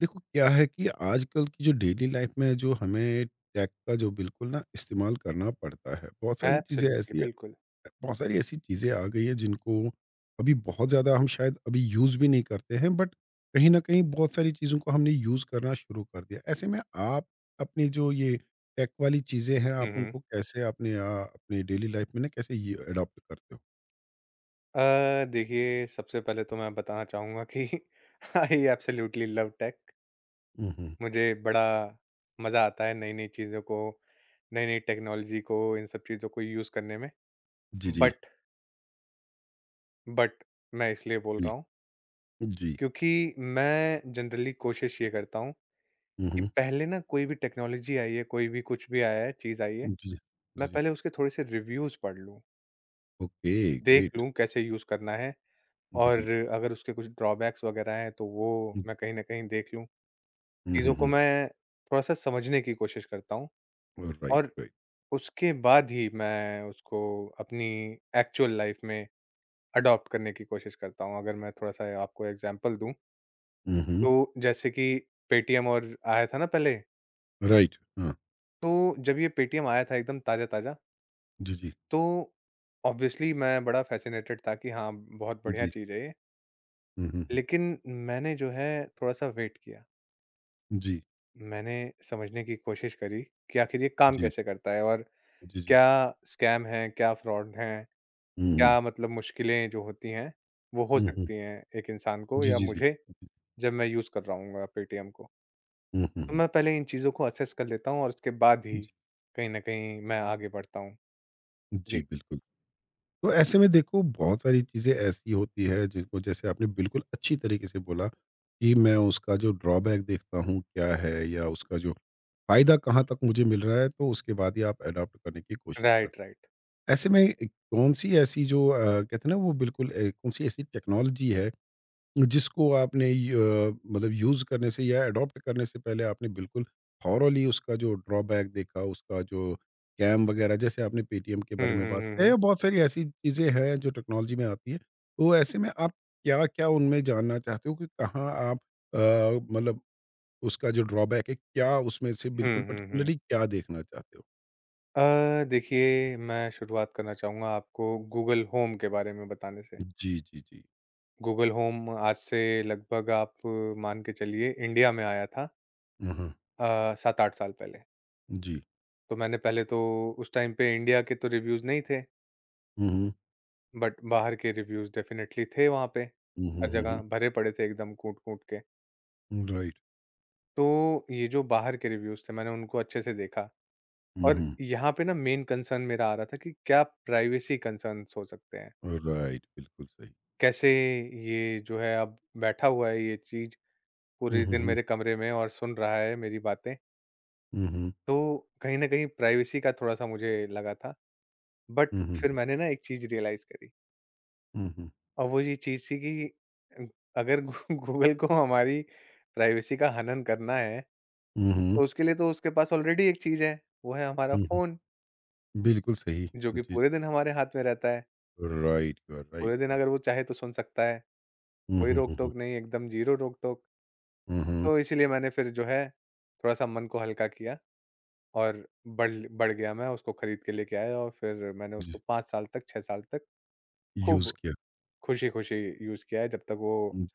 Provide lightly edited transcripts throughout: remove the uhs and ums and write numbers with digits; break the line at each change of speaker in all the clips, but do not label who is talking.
देखो क्या है कि आजकल की जो डेली लाइफ में जो हमें टेक का जो बिल्कुल ना इस्तेमाल करना पड़ता है, बहुत सारी चीज़ें
एब्सोल्युटली
ऐसी
बिल्कुल।
बहुत सारी ऐसी चीज़ें आ गई है जिनको अभी बहुत ज़्यादा हम शायद अभी यूज़ भी नहीं करते हैं, बट कहीं ना कहीं बहुत सारी चीज़ों को हमने यूज़ करना शुरू कर दिया। ऐसे में आप अपनी जो ये टेक वाली चीज़ें हैं, आप
हुँ, हुँ।
उनको कैसे अपने अपने डेली लाइफ में ना कैसे ये अडॉप्ट करते हो?
देखिए सबसे पहले तो मैं बताना चाहूँगा कि I absolutely love tech.
Hmm.
मुझे बड़ा मज़ा आता है नई-नई चीज़ों को, नई-नई टेक्नोलॉजी को, इन सब चीज़ों को यूज़ करने में।
जी जी
बट बट मैं इसलिए बोल
जी
रहा हूँ
जी।
क्योंकि मैं जनरली कोशिश ये करता हूँ कि
हम्म।
पहले ना कोई भी टेक्नोलॉजी आई है, कोई भी कुछ भी आया है, चीज़ आई है,
जी जी जी
मैं
जी।
पहले उसके थोड़े से रिव्यूज़ पढ़ लूँ,
ओके,
देख
ग्रेट।
लूँ कैसे यूज़ करना है।
जी
और
जी।
अगर उसके कुछ ड्रॉबैक्स वगैरह हैं, तो वो मैं कहीं न कहीं देख लूँ।
हुँ, हुँ,
चीज़ों को
हुँ।
मैं थोड़ा-सा समझने की कोशिश करता हूँ
राइट,
और
राइट।
उसके बाद ही मैं उसको अपनी एक्चुअल लाइफ़ में अडॉप्ट करने की कोशिश करता हूँ। अगर मैं थोड़ा-सा आपको एग्ज़ाम्पल दूँ,
हुँ, हुँ।
तो जैसे कि पेटीएम और आया था ना पहले,
राइट, हाँ।
तो जब ये पेटीएम आया था एकदम ताज़ा-ताज़ा,
जी, जी।
तो ऑब्वियसली मैं बड़ा फ़ैसिनेटेड था कि हाँ, बहुत बढ़िया
जी।
चीज़ है ये।
हुँ, हुँ, हुँ।
लेकिन मैंने जो है थोड़ा-सा वेट किया।
जी,
मैंने समझने की कोशिश करी कि आखिर ये काम
जी।
कैसे करता है और
जी, जी।
क्या स्कैम है, क्या फ्रॉड है,
हुँ, हुँ।
क्या मतलब मुश्किलें जो होती हैं, वो हो
हुँ, हुँ।
सकती हैं एक इंसान को
जी,
या
जी, जी।
मुझे जब मैं यूज़ कर रहा हूँगा पेटीएम को।
हुँ, हुँ,
तो
हुँ।
मैं पहले इन चीज़ों को असेस कर लेता हूँ और उसके बाद ही
जी,
कहीं न कहीं मैं आगे बढ़ता हूँ।
जी,
जी,
बिल्कुल। तो ऐसे में देखो बहुत सारी चीज़ें ऐसी होती है जिसको जैसे आपने बिल्कुल अच्छी तरीके से बोला कि मैं उसका जो ड्रॉबैक देखता हूँ क्या है या उसका जो फ़ायदा कहाँ तक मुझे मिल रहा है, तो उसके बाद ही आप अडॉप्ट करने की कोशिश करते
राइट, राइट।
हो। ऐसे में कौन-सी ऐसी जो कहते हैं ना वो बिल्कुल कौन-सी ऐसी टेक्नोलॉजी है जिसको आपने य मतलब यूज़ करने से या एडॉप्ट करने से पहले आपने बिल्कुल थॉरोली उसका जो ड्रॉबैक देखा, उसका जो स्कैम वगैरह जैसे आपने पेटीएम के
हुँ,
बारे में
हुँ,
बात
हुँ, हुँ।
है, बहुत सारी ऐसी चीज़ें हैं जो टेक्नोलॉजी में आती है। तो ऐसे में आप क्या-क्या उनमें जानना चाहते हो कि कहाँ आप अ, मतलब उसका जो ड्रॉबैक है, क्या उसमें से
हुँ,
बिल्कुल
हुँ, हुँ।
पर्टिकुलरली क्या देखना चाहते हो?
देखिए मैं शुरुआत करना चाहूँगा आपको गूगल होम के बारे में बताने से।
जी, जी, जी।
गूगल होम आज से लगभग आप मान के चलिए इंडिया में आया था
हुँ, हुँ।
7-8 साल पहले।
जी।
तो मैंने पहले तो उस टाइम पे इंडिया के तो रिव्यूज़ नहीं थे,
हुँ, हुँ।
बट बाहर के रिव्यूज़ डेफ़िनेटली थे वहाँ पे।
हुँ, हुँ,
हर जगह
हुँ,
भरे पड़े थे एकदम कूट-कूट के।
हुँ। राइट।
तो ये जो बाहर के रिव्यूज़ थे मैंने उनको अच्छे से देखा
हुँ,
और
हुँ।
यहाँ पे ना मेन कंसर्न मेरा आ रहा था कि क्या प्राइवेसी कंसर्न्स हो सकते हैं?
राइट, बिल्कुल सही।
कैसे ये जो है अब बैठा हुआ है ये चीज़
हुँ,
पूरे
हुँ,
दिन
हुँ।
मेरे कमरे में और सुन रहा है मेरी बातें।
हुँ, हुँ।
तो कहीं न कहीं प्राइवेसी का थोड़ा-सा मुझे लगा था, बट
हुँ, हुँ,
फिर मैंने ना एक चीज़ रियलाइज़ करी
हुँ, हुँ,
और वो ये चीज़ थी कि अ, अगर गू गूगल को हमारी प्राइवेसी का हनन करना है,
हुँ, हुँ, हुँ,
तो उसके लिए तो उसके पास ऑलरेडी एक चीज़ है, वो है हमारा
हुँ, हुँ,
फ़ोन,
बिल्कुल सही।
जो कि
जी,
पूरे दिन हमारे हाथ में रहता है।
राइट, यू आर राइट,
पूरे दिन
यू आर राइट।
अगर वो चाहे तो सुन सकता है,
हुँ,
कोई
हुँ, हुँ, हुँ,
रोक-टोक नहीं, एकदम ज़ीरो रोक-टोक।
हुँ, हुँ,
तो इसीलिए मैंने फिर जो है थोड़ा-सा मन को हल्का किया और बढ़ बढ़ गया मैं, उसको खरीद के लेके आया और फिर मैंने
जी,
उसको 5 साल तक, 6 साल तक
यूज़
खूब
किया।
खुशी-खुशी यूज़ किया है जब तक वो
हुँ।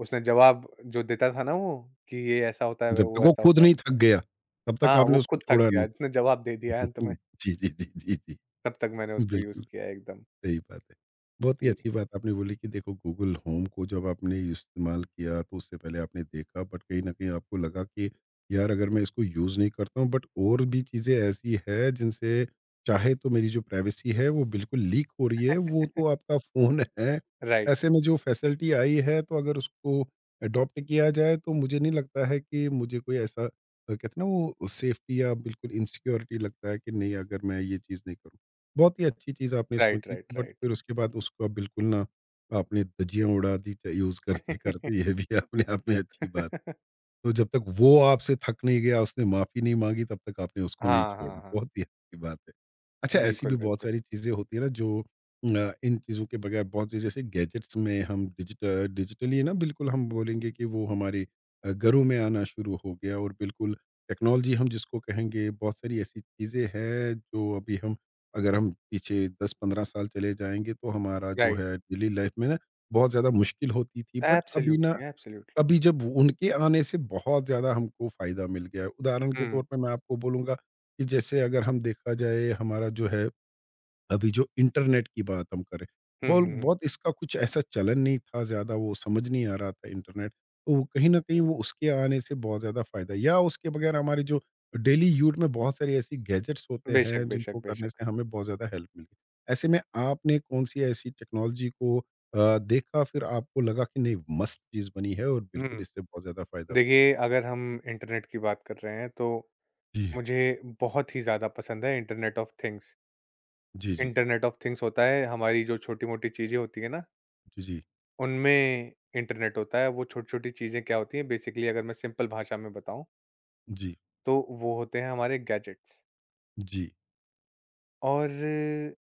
उसने जवाब जो देता था ना वो, कि ये ऐसा होता है,
जब तक
वो
वो
ऐसा
खुद
होता है।
नहीं थक गया, तब तक
हाँ,
आपने
वो
उसको
खुद थक
छोड़ा नहीं।
गया, जिसने जवाब दे दिया है अंत में,
जी, जी, जी, जी, जी,
तब तक मैंने उसको
बिल्कुल।
यूज़ किया है एकदम।
सही बात है। बहुत ही
जी,
अच्छी बात आपने बोली कि देखो गूगल होम को जब आपने इस्तेमाल किया तो उससे पहले आपने देखा बट कहीं न कहीं आपको लगा कि यार अगर मैं इसको यूज़ नहीं करता हूँ बट और भी चीज़ें ऐसी है जिनसे चाहे तो मेरी जो प्राइवेसी है वो बिल्कुल लीक हो रही है, वो तो आपका फ़ोन है।
राइट,
ऐसे में जो फैसिलिटी आई है तो अगर उसको अडॉप्ट किया जाए तो मुझे नहीं लगता है कि मुझे कोई ऐसा कहते हैं ना वो सेफ्टी या बिल्कुल इनसिक्योरिटी लगता है कि नहीं अगर मैं ये चीज़ नहीं करूँ। बहुत ही अच्छी चीज़ आपने
राइट,
सोची
राइट,
बट
राइट।
फिर उसके बाद उसको आप बिल्कुल ना आपने धजियाँ उड़ा दी यूज़ करते-करते, ये भी अपने आप में अच्छी बात। तो जब तक वो आपसे थक नहीं गया, उसने माफ़ी नहीं माँगी, तब तक आपने उसको नहीं
हाँ,
छोड़ा।
हाँ, हाँ।
बहुत ही अच्छी बात है। अच्छा, ऐसी भी
बिल्कुल,
बहुत
बिल्कुल,
सारी चीज़ें होती है ना जो इन चीज़ों के बगैर बहुत चीज़ जैसे गैजेट्स में हम डिजिटली ना बिल्कुल हम बोलेंगे कि वो हमारे घरों में आना शुरू हो गया और बिल्कुल टेक्नोलॉजी हम जिसको कहेंगे, बहुत सारी ऐसी चीज़ें हैं जो अभी हम अगर हम पीछे 10-15 साल चले जाएँगे, तो हमारा जो
राइट।
है डेली लाइफ में ना बहुत ज़्यादा मुश्किल होती थी। बट अभी ना
एब्सोल्युटली, एब्सोल्युटली।
अभी जब उनके आने से बहुत ज़्यादा हमको फ़ायदा मिल गया है। उदाहरण के तौर
हुँ,
पे मैं आपको बोलूँगा कि जैसे अगर हम देखा जाए हमारा जो है अभी जो इंटरनेट की बात हम करें,
हुँ,
बोल
हुँ, हुँ।
बहुत इसका कुछ ऐसा चलन नहीं था ज़्यादा, वो समझ नहीं आ रहा था इंटरनेट। तो वो कहीं न कहीं वो उसके आने से बहुत ज़्यादा फ़ायदा या उसके बगैर हमारी जो डेली यूज़ में बहुत सारी ऐसी गैजेट्स होते
बेशक,
हैं,
बेशक,
जिनको करने
बेशक।
से हमें बहुत ज़्यादा हेल्प मिली। ऐसे में आपने कौन-सी ऐसी टेक्नोलॉजी को देखा फिर आपको लगा कि नहीं मस्त चीज़ बनी है और बिल्कुल
हुँ,
इससे बहुत ज़्यादा फ़ायदा मिला?
देखिए अगर हम इंटरनेट की बात कर रहे हैं तो
जी।
मुझे बहुत ही ज़्यादा पसंद है इंटरनेट ऑफ़ थिंग्स।
जी, जी, जी।
इंटरनेट ऑफ़ थिंग्स होता है हमारी जो छोटी-मोटी चीज़ें होती हैं ना
जी, जी।
उनमें इंटरनेट होता है, वो छोटी-छोटी चीज़ें क्या होती हैं बेसिकली अगर मैं सिंपल भाषा में बताऊँ,
जी,
तो वो होते हैं हमारे गैजेट्स।
जी।
और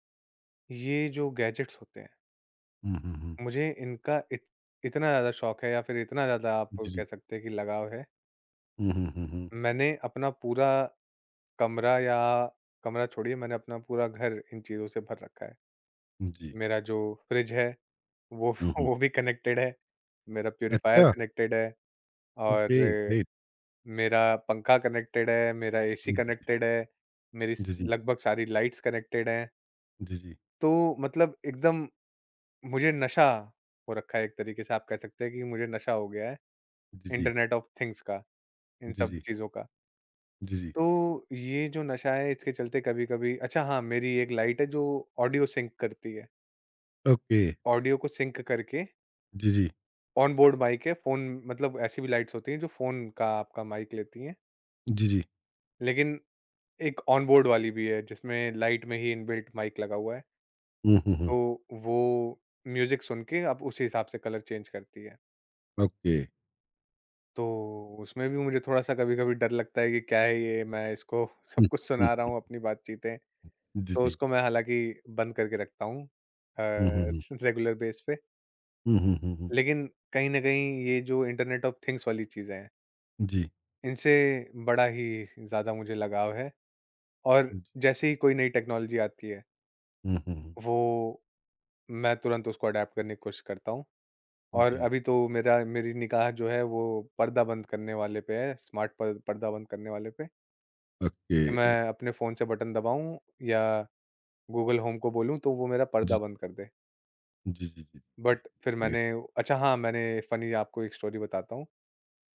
ये जो गैजेट्स होते हैं,
हुँ, हुँ, हुँ।
मुझे इनका इत इतना ज़्यादा शौक है या फिर इतना ज़्यादा आप
जी, जी।
कह सकते हैं कि लगाव है,
हुँ, हुँ, हुँ, हुँ।
मैंने अपना पूरा कमरा या कमरा छोड़िए मैंने अपना पूरा घर इन चीज़ों से भर रखा है।
जी।
मेरा जो फ्रिज है, वो
हुँ, हुँ।
वो भी कनेक्टेड है, मेरा प्यूरीफायर
अच्छा,
कनेक्टेड है
ओके,
और
ग्रेट।
मेरा पंखा कनेक्टेड है, मेरा एसी
जी, जी,
कनेक्टेड है, मेरी स
जी, जी,
लगभग सारी लाइट्स कनेक्टेड हैं।
जी, जी,
तो मतलब एकदम मुझे नशा हो रखा है एक तरीके से आप कह सकते हैं कि मुझे नशा हो गया है
जी,
इंटरनेट ऑफ थिंग्स का, इन
जी,
सब
जी,
चीज़ों का।
जी, जी,
तो ये जो नशा है इसके चलते कभी-कभी अच्छा हाँ, मेरी एक लाइट है जो ऑडियो सिंक करती है।
ओके,
ऑडियो को सिंक करके
जी, जी,
ऑन बोर्ड माइक है, फ़ोन मतलब ऐसी भी लाइट्स होती हैं जो फ़ोन का आपका माइक लेती हैं।
जी, जी,
लेकिन एक ऑन बोर्ड वाली भी है जिसमें लाइट में ही इनबिल्ट माइक लगा हुआ है।
हुँ, हुँ, हुँ,
तो वो म्यूजिक सुन के आप उसी हिसाब से कलर चेंज करती है।
ओके,
तो उसमें भी मुझे थोड़ा-सा कभी-कभी डर लगता है कि क्या है ये मैं इसको सब
हुँ,
कुछ
हुँ,
सुना रहा हूँ अपनी बातचीतें।
जी,
तो
जी,
उसको मैं हालाँकि बंद करके रखता हूँ
हुँ, हुँ, हुँ,
रेगुलर बेस पे।
हुँ, हुँ, हुँ, हुँ,
लेकिन कहीं न कहीं ये जो इंटरनेट ऑफ थिंग्स वाली चीज़ें हैं,
जी,
इनसे बड़ा ही ज़्यादा मुझे लगाव है और
जी,
जैसे ही कोई नई टेक्नोलॉज़ी आती है,
हुँ, हुँ, हुँ,
वो मैं तुरंत उसको अडैप्ट करने की कोशिश करता हूँ। और
जी,
अभी तो मेरा मेरी निगाह जो है वो पर्दा बंद करने वाले पे है, स्मार्ट पर पर्दा बंद करने वाले पे,
ओके,
कि मैं अपने फ़ोन से बटन दबाऊँ या गूगल होम को बोलूँ तो वो मेरा
जी,
पर्दा बंद कर दे।
जी, जी, जी, जी,
बट फिर
ग्रेट,
मैंने अच्छा हाँ, मैंने फ़नी आपको एक स्टोरी बताता हूँ।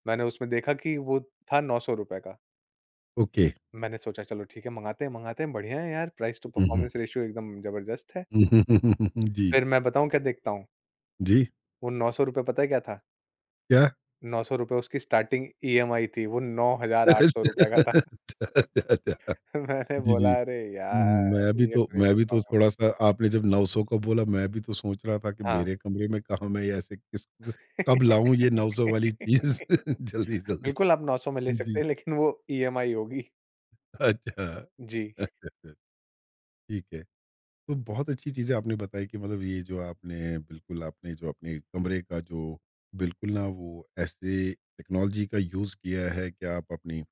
मैंने उसमें देखा कि वो था ₹900 का।
ओके,
मैंने सोचा चलो ठीक है मँगाते हैं, बढ़िया है यार प्राइस टू
हुँ, हुँ,
परफॉर्मेंस रेशियो एकदम ज़बरदस्त है।
हुँ, हुँ, हुँ, हुँ, हुँ, हुँ, जी,
फिर मैं बताऊँ क्या देखता हूँ,
जी,
वो ₹900 पता है क्या था?
क्या?
₹900 उसकी स्टार्टिंग ईएमआई थी, वो ₹9,800 का था।
अच्छा, अच्छा, अच्छा,
मैंने
जी, जी।
बोला अरे यार!
मैं भी
ये
तो
तो नहीं
मैं
दे
भी तो
पाऊँगा।
थोड़ा-सा आपने जब 900 का बोला, मैं भी तो सोच रहा था कि
हाँ।
मेरे कमरे में कहाँ मैं ऐसे किसको कब लाऊँ ये 900 वाली चीज़ जल्दी-जल्दी।
बिल्कुल, आप 900 में ले सकते
जी।
हैं लेकिन वो ईएमआई होगी।
अच्छा,
जी,
अच्छा, अच्छा, ठीक है। तो बहुत अच्छी चीज़ें आपने बताई कि मतलब ये जो आपने बिल्कुल आपने जो अपने कमरे का जो बिल्कुल ना वो ऐसे टेक्नोलॉजी का यूज़ किया है कि आप अपनी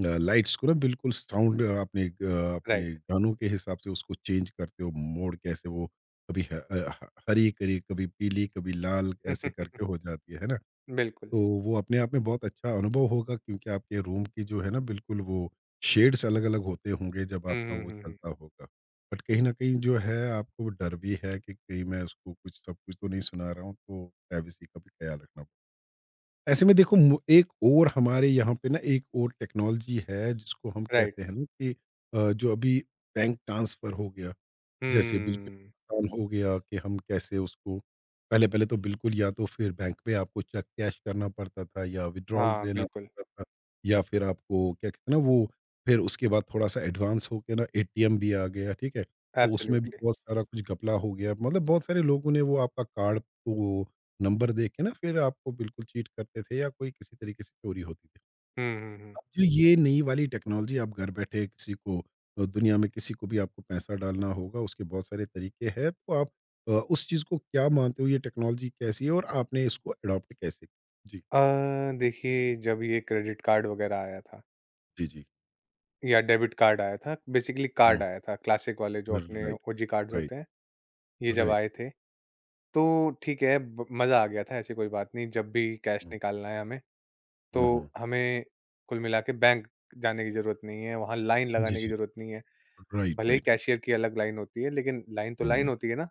लाइट्स को ना बिल्कुल साउंड अपने अपने
राइट।
गानों के हिसाब से उसको चेंज करते हो मोड कैसे वो कभी हरी करी कभी पीली कभी लाल ऐसे करके हो जाती है ना।
बिल्कुल।
तो वो अपने आप में बहुत अच्छा अनुभव होगा क्योंकि आपके रूम की जो है ना बिल्कुल वो शेड्स अलग-अलग होते होंगे जब
हुँ,
आपका
हुँ,
वो
हुँ, हुँ।
चलता होगा। बट कहीं न कहीं जो है आपको वो डर भी है कि कहीं मैं उसको कुछ सब कुछ तो नहीं सुना रहा हूँ, तो प्राइवेसी का भी ख़्याल रखना पड़ता। ऐसे में देखो मु एक और हमारे यहाँ पे ना एक और टेक्नोलॉजी है जिसको हम कहते
राइट।
हैं ना कि जो अभी बैंक ट्रांसफ़र हो गया। जैसे बिल्कुल
हम्म।
आसान हो गया कि हम कैसे उसको पहले-पहले तो बिल्कुल या तो फिर बैंक में आपको चेक कैश करना पड़ता था या विथड्रॉल्स
हाँ,
लेना
बिल्कुल।
पड़ता था, या फिर आपको क्या कहते हैं ना वो फिर उसके बाद थोड़ा-सा एडवांस होके ना एटीएम भी आ गया, ठीक है? तो उसमें भी
एब्सोल्युटली।
बहुत सारा कुछ घपला हो गया, मतलब बहुत सारे लोगों ने वो आपका कार्ड वो नंबर दे के ना फिर आपको बिल्कुल चीट करते थे या कोई किसी तरीके से चोरी होती थी।
हुँ, हुँ, हुँ।
अब जो ये नई वाली टेक्नोलॉजी आप घर बैठे किसी को दुनिया में किसी को भी आपको पैसा डालना होगा, उसके बहुत सारे तरीके हैं, तो आप उस चीज़ को क्या मानते हो ये टेक्नोलॉजी कैसी है और आपने इसको अडॉप्ट कैसे किया? जी,
अ, देखिए जब ये क्रेडिट कार्ड वगैरह आया था
जी, जी।
या डेबिट कार्ड आया था, बेसिकली कार्ड
हुँ,
आया था, क्लासिक वाले जो अपने
राइट,
ओजी कार्ड्स
राइट,
होते हैं, ये जब
राइट।
आए थे, तो ठीक है ब मज़ा आ गया था ऐसी कोई बात नहीं, जब भी कैश
हुँ,
निकालना है हमें तो
हुँ, हुँ।
हमें कुल मिला के बैंक जाने की ज़रूरत नहीं है, वहाँ लाइन
जी,
लगाने की
जी।
ज़रूरत नहीं है।
राइट,
भले ही
राइट।
कैशियर की अलग लाइन होती है, लेकिन लाइन तो लाइन
हुँ,
होती है ना?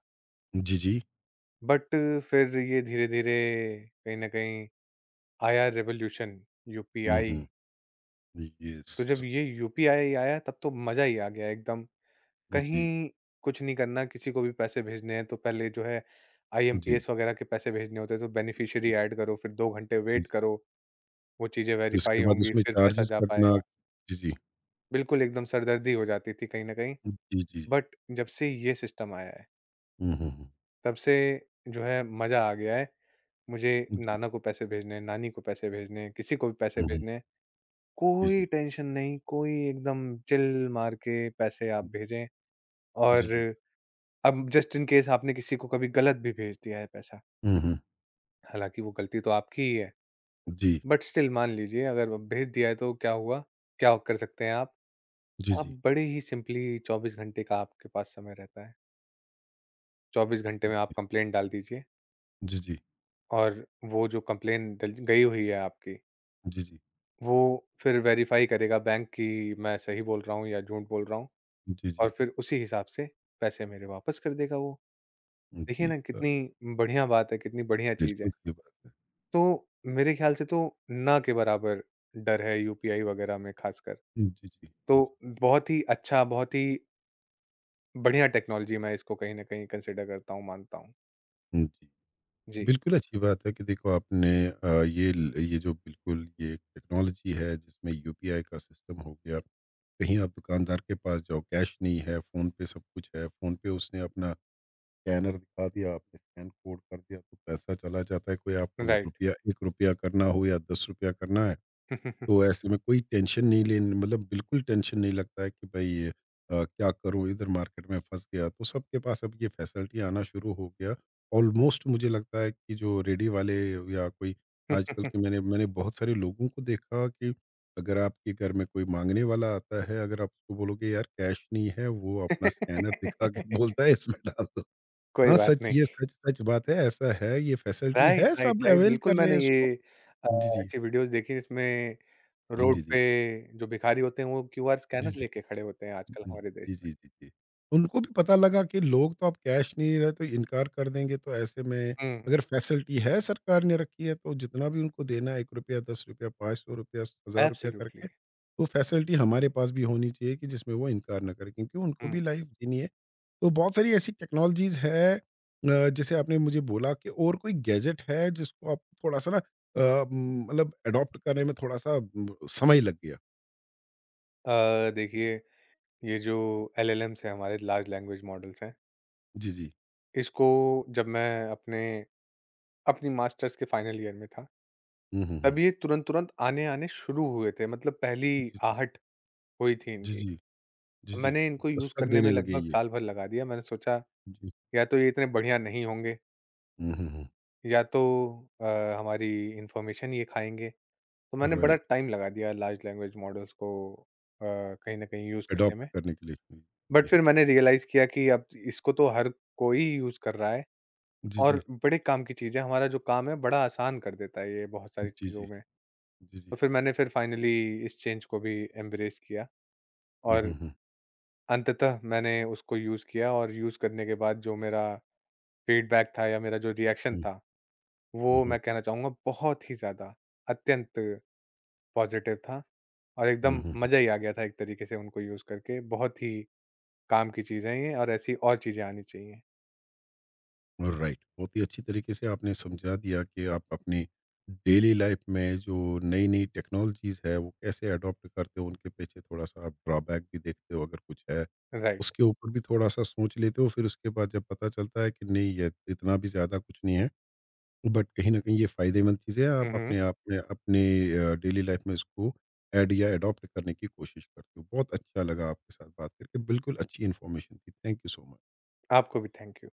जी, जी।
बट फिर ये धीरे-धीरे कहीं न कहीं आया रिवॉल्यूशन
हुँ,
यूपीआई,
हुँ। यस।
तो जब ये यूपीआई आया तब तो मज़ा ही आ गया एकदम।
जी, जी।
कहीं कुछ नहीं करना, किसी को भी पैसे भेजने हैं तो पहले जो है आईएमपीएस वगैरह के पैसे भेजने होते हैं, तो बेनिफिशियरी ऐड करो, फिर 2 घंटे
जी,
वेट
जी।
करो, वो चीज़ें
उसके
वेरीफाई
बाद
होंगी,
उसमें
फिर पैसा
चार्जेस
जा
कटना।
पाएगा।
जी, जी।
बिल्कुल, एकदम सरदर्दी हो जाती थी कहीं न कहीं।
जी, जी।
बट जब से ये सिस्टम आया है,
हुँ, हुँ, हुँ।
तब से जो है मज़ा आ गया है। मुझे
जी।
नाना को पैसे भेजने हैं, नानी को पैसे भेजने हैं, किसी को भी पैसे
हुँ, हुँ।
भेजने हैं,
जी,
कोई
जी।
टेंशन नहीं, कोई एकदम चिल मार के पैसे आप भेजें।
जी,
और
जी।
अब जस्ट इन केस आपने किसी को कभी गलत भी भेज दिया है पैसा,
हुँ, हुँ।
हालाँकि वो गलती तो आपकी ही है,
जी।
बट स्टिल मान लीजिए अगर अब भेज दिया है तो क्या हुआ? क्या कर सकते हैं आप?
जी,
आप
जी।
बड़े ही सिंपली 24 घंटे का आपके पास समय रहता है। 24 घंटे में आप कंप्लेंट डाल दीजिए
जी, जी।
और वो जो कंप्लेंट डल गई हुई है आपकी,
जी, जी।
वो फिर वेरिफ़ाई करेगा बैंक कि मैं सही बोल रहा हूँ या झूठ बोल रहा हूँ
जी,
और
जी।
फिर उसी हिसाब से पैसे मेरे वापस कर देगा वो। देखिए
जी,
ना
सर,
कितनी बढ़िया बात है, कितनी बढ़िया चीज़ है।
बिल्कुल सही बात है।
तो मेरे ख़्याल से तो ना के बराबर डर है यूपीआई वग़ैरह में ख़ासकर।
जी,
तो
जी।
बहुत ही अच्छा, बहुत ही बढ़िया टेक्नोलॉजी मैं इसको कहीं न कहीं कंसिडर करता हूँ, मानता हूँ।
जी, जी।
जी,
बिल्कुल अच्छी बात है कि देखो आपने ये जो बिल्कुल ये टेक्नोलॉजी है जिसमें यूपीआई का सिस्टम हो गया, कहीं आप दुकानदार के पास जाओ, कैश नहीं है, फ़ोन पे सब कुछ है, फ़ोन पे उसने अपना स्कैनर दिखा दिया, आपने स्कैन कोड कर दिया तो पैसा चला जाता है, कोई आपको
राइट।
रुपया, ₹1 करना हो या ₹10 करना है। तो ऐसे में कोई टेंशन नहीं लेन मतलब बिल्कुल टेंशन नहीं लगता है कि भाई ये, क्या करूँ इधर मार्केट में फँस गया। तो सबके पास अब ये फैसिलिटी आना शुरू हो गया। ऑलमोस्ट मुझे लगता है कि जो रेडी वाले या कोई आजकल के मैंने मैंने बहुत सारे लोगों को देखा कि अगर आपके घर में कोई माँगने वाला आता है, अगर आप उसको बोलोगे यार कैश नहीं है, वो अपना स्कैनर दिखा के बोलता है इसमें डाल दो।
कोई
हाँ,
बात नहीं।
सच सच बात है, ऐसा है, ये फैसिलिटी
राइट,
है,
राइट,
सब
राइट।
अवेल
बिल्कुल,
कर रहे
मैंने
हैं इसको।
ये अ,
जी, जी।
ऐसी वीडियोज़ देखी जिसमें रोड
जी, जी।
पे जो भिखारी होते हैं वो क्यूआर
जी,
स्कैनर
जी।
लेके खड़े होते हैं आजकल
हुँ।
हमारे देश
जी,
में।
जी, जी, जी। उनको भी पता लगा कि लोग तो अब कैश नहीं रहे तो इनकार कर देंगे तो ऐसे में
हुँ,
अगर फैसिलिटी है सरकार ने रखी है तो जितना भी उनको देना है ₹1, ₹10, ₹500, ₹1000
एब्सोल्युटली।
करके वो फैसिलिटी हमारे पास भी होनी चाहिए कि जिसमें वो इनकार ना करें क्योंकि उनको
हुँ।
भी लाइफ़ जीनी है। तो बहुत सारी ऐसी टेक्नोलॉज़ीज़ है जैसे आपने मुझे बोला कि और कोई गैजेट है जिसको आप थोड़ा-सा ना मतलब अडॉप्ट करने में थोड़ा-सा समय लग गया?
देखिए ये जो एलएलएम्स हैं हमारे लार्ज लैंग्वेज मॉडल्स हैं,
जी, जी।
इसको जब मैं अपने अपनी मास्टर्स के फाइनल ईयर में था,
हुँ, हुँ, हुँ।
तब ये तुरंत-तुरंत आने-आने शुरू हुए थे मतलब पहली
जी, जी।
आहट हुई थी
जी,
इनकी।
जी। जी, जी।
मैंने इनको यूज़
दस्तक
करने में
देने लगे
लगभग
ये।
साल भर लगा दिया। मैंने सोचा
जी।
या तो ये इतने बढ़िया नहीं होंगे
हुँ, हुँ, हुँ।
या तो अ, हमारी इन्फॉर्मेशन ये खाएँगे। तो मैंने बड़ा
राइट,
टाइम लगा दिया लार्ज लैंग्वेज मॉडल्स को कहीं न कहीं यूज़ करने
अडॉप्ट
में।
करने के लिए। हुँ,
बट
जी।
फिर मैंने रियलाइज़ किया कि अब इसको तो हर कोई यूज़ कर रहा है
जी, जी।
और बड़े काम की चीज़ है, हमारा जो काम है बड़ा आसान कर देता है ये बहुत सारी
जी, जी।
चीज़ों में।
जी, जी।
तो फिर मैंने फिर फाइनली इस चेंज को भी एम्ब्रेस किया
हुँ,
और
हुँ, हुँ।
अंततः मैंने उसको यूज़ किया और यूज़ करने के बाद जो मेरा फीडबैक था या मेरा जो रिएक्शन
हुँ,
था,
हुँ,
वो
हुँ।
मैं कहना चाहूँगा बहुत ही ज़्यादा, अत्यंत पॉज़िटिव था और
हुँ,
एकदम
हुँ,
मज़ा ही आ गया था एक तरीके से उनको यूज़ करके, बहुत ही काम की चीज़ें हैं ये और ऐसी और चीज़ें आनी चाहिए।
हुँ। राइट, बहुत ही अच्छी तरीके से आपने समझा दिया कि आप अपनी डेली लाइफ में जो नई-नई टेक्नोलॉजीज़ है, वो कैसे अडॉप्ट करते हो, उनके पीछे थोड़ा-सा आप ड्रॉबैक भी देखते हो अगर कुछ है।
राइट।
उसके ऊपर भी थोड़ा-सा सोच लेते हो, फिर उसके बाद जब पता चलता है कि नहीं, ये इतना भी ज़्यादा कुछ नहीं है बट कहीं न कहीं ये फ़ायदेमंद चीज़ है,
हुँ,
आप
हुँ।
अपने आप में अपने डेली लाइफ़ में इसको ऐड या अडॉप्ट करने की कोशिश करते हो। बहुत अच्छा लगा आपके साथ बात करके, बिल्कुल अच्छी इन्फॉर्मेशन थी। Thank you so much.
आपको भी थैंक यू।